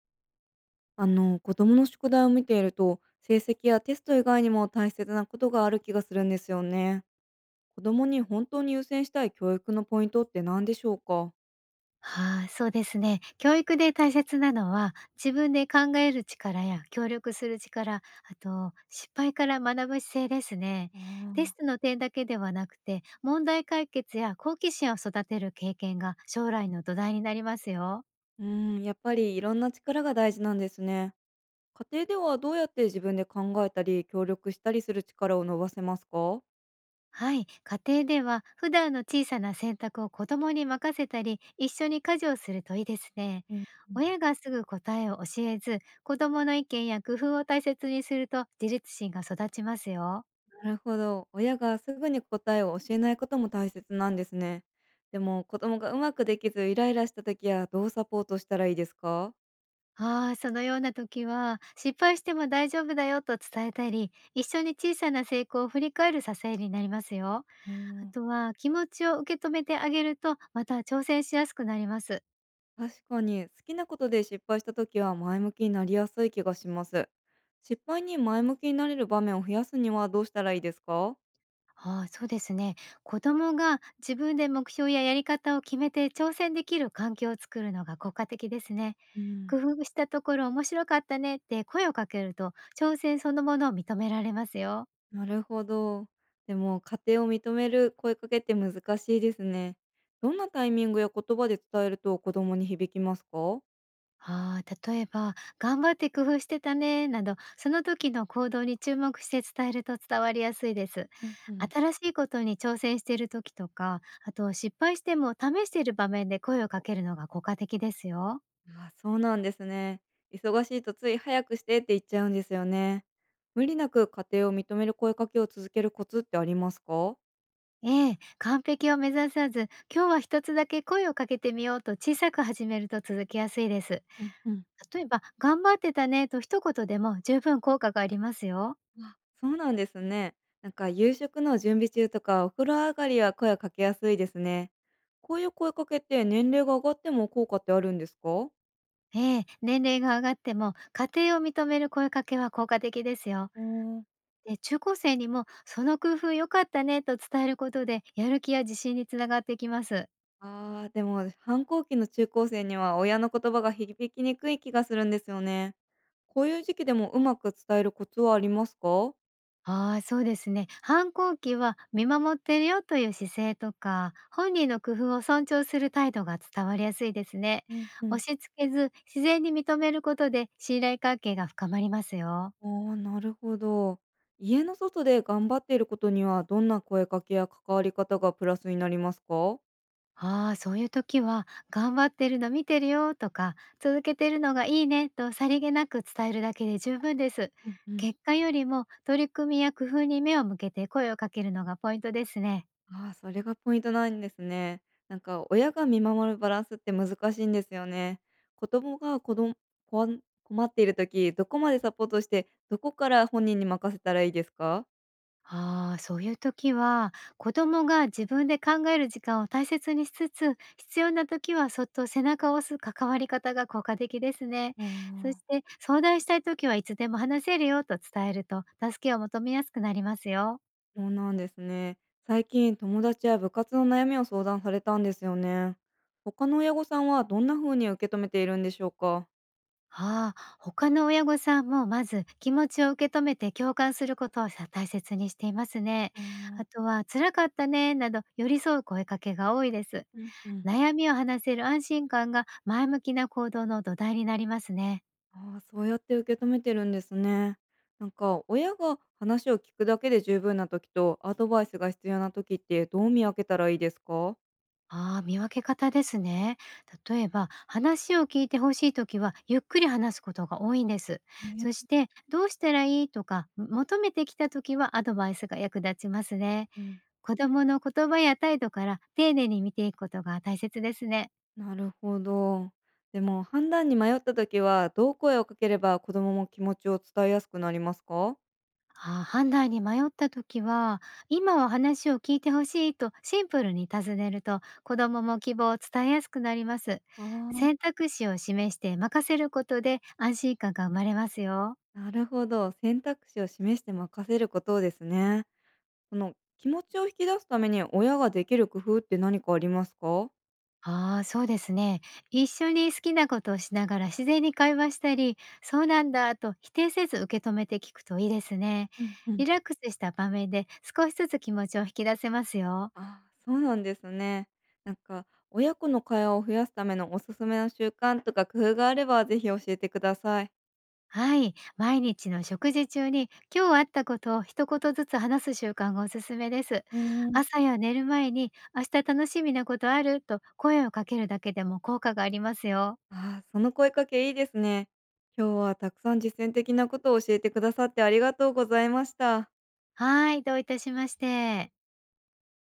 子供の宿題を見ていると、成績やテスト以外にも大切なことがある気がするんですよね。子供に本当に優先したい教育のポイントって何でしょうか？はい、そうですね。教育で大切なのは、自分で考える力や協力する力、あと失敗から学ぶ姿勢ですね。テあスあ。トの点だけではなくて、問題解決や好奇心を育てる経験が将来の土台になりますよ。うーん、やっぱりいろんな力が大事なんですね。家庭ではどうやって自分で考えたり、協力したりする力を伸ばせますか？はい、家庭では普段の小さな選択を子供に任せたり、一緒に家事をするといいですね。うん、うん。親がすぐ答えを教えず、子供の意見や工夫を大切にすると自立心が育ちますよ。なるほど。親がすぐに答えを教えないことも大切なんですね。でも、子供がうまくできずイライラした時はどうサポートしたらいいですか？ああ、そのような時は、失敗しても大丈夫だよと伝えたり、一緒に小さな成功を振り返る支えになりますよ。うあん。とは、気持ちを受け止めてあげると、また挑戦しやすくなります。確かに、好きなことで失敗した時は前向きになりやすい気がします。失敗に前向きになれる場面を増やすにはどうしたらいいですか？ああ、そうですね。子供が自分で目標ややり方を決めて挑戦できる環境を作るのが効果的ですね。うん。工夫したところ面白かったねって声をかけると、挑戦そのものを認められますよ。なるほど。でも、家庭を認める声かけって難しいですね。どんなタイミングや言葉で伝えると子供に響きますか？ああ、例えば「頑張って工夫してたね」など、その時の行動に注目して伝えると伝わりやすいです。うんうん。新しいことに挑戦している時とか、あと失敗しても試している場面で声をかけるのが効果的ですよ。あ、そうなんですね。忙しいとつい早くしてって言っちゃうんですよね。無理なく家庭を認める声かけを続けるコツってありますか？ええ、完璧を目指さず、今日は一つだけ声をかけてみようと小さく始めると続きやすいです。うんうん。例えば「頑張ってたね」と一言でも十分効果がありますよ。あ、そうなんですね。なんか夕食の準備中とかお風呂上がりは声をかけやすいですね。こういう声かけって年齢が上がっても効果ってあるんですか？ええ、年齢が上がっても、家庭を認める声かけは効果的ですよ。うーん。で、中高生にも「その工夫良かったね」と伝えることで、やる気や自信につながっていきます。あー、でも反抗期の中高生には親の言葉が響きにくい気がするんですよね。こういう時期でもうまく伝えるコツはありますか？ああ、そうですね。反抗期は見守ってるよという姿勢とか、本人の工夫を尊重する態度が伝わりやすいですね。うんう押ん。し付けず、自然に認めることで信頼関係が深まりますよ。あー、なるほど。家の外で頑張っていることにはどんな声かけや関わり方がプラスになりますか？ああ、そういう時は「頑張ってるの見てるよ」とか「続けてるのがいいね」とさりげなく伝えるだけで十分です。ううんうん。結果よりも取り組みや工夫に目を向けて声をかけるのがポイントですね。ああ、それがポイントなんですね。なんか親が見守るバランスって難しいんですよね。子供が子どこん困っている時、どこまでサポートして、どこから本人に任せたらいいですか？ああ、そういう時は、子供が自分で考える時間を大切にしつつ、必要な時はそっと背中を押す関わり方が効果的ですね。あそしあ。て、相談したい時はいつでも話せるよと伝えると、助けを求めやすくなりますよ。そうなんですね。最近友達や部活の悩みを相談されたんですよね。他の親御さんはどんな風に受け止めているんでしょうか？ああ、他の親御さんも、まず気持ちを受け止めて共感することを大切にしていますね。うん。あとは、辛かったねなど寄り添う声かけが多いです。うん。悩みを話せる安心感が前向きな行動の土台になりますね。ああ、そうやって受け止めてるんですね。なんか親が話を聞くだけで十分な時とアドバイスが必要な時ってどう見分けたらいいですか？ああ、見分け方ですね。例えば、話を聞いてほしいときはゆっくり話すことが多いんです。そね。して、どうしたらいいとか求めてきたときはアドバイスが役立ちますね。うん、子供の言葉や態度から丁寧に見ていくことが大切ですね。なるほど。でも判断に迷った時はどう声をかければ子供も気持ちを伝えやすくなりますか？あー、判断に迷った時は、今は話を聞いてほしいとシンプルに尋ねると、子供も希望を伝えやすくなります。ああ、選択肢を示して任せることで安心感が生まれますよ。なるほど。選択肢を示して任せることですね。この気持ちを引き出すために親ができる工夫って何かありますか？ああ、そうですね。一緒に好きなことをしながら自然に会話したり、そうなんだと否定せず受け止めて聞くといいですね。ううん、ん。リラックスした場面で、少しずつ気持ちを引き出せますよ。あ、そうなんですね。なんか、親子の会話を増やすためのおすすめの習慣とか工夫があれば、ぜひ教えてください。はい、毎日の食事中に今日あったことを一言ずつ話す習慣がおすすめです。うん。朝や寝る前に、明日楽しみなことあると声をかけるだけでも効果がありますよ。ああ、その声かけいいですね。今日はたくさん実践的なことを教えてくださってありがとうございました。はい、どういたしまして。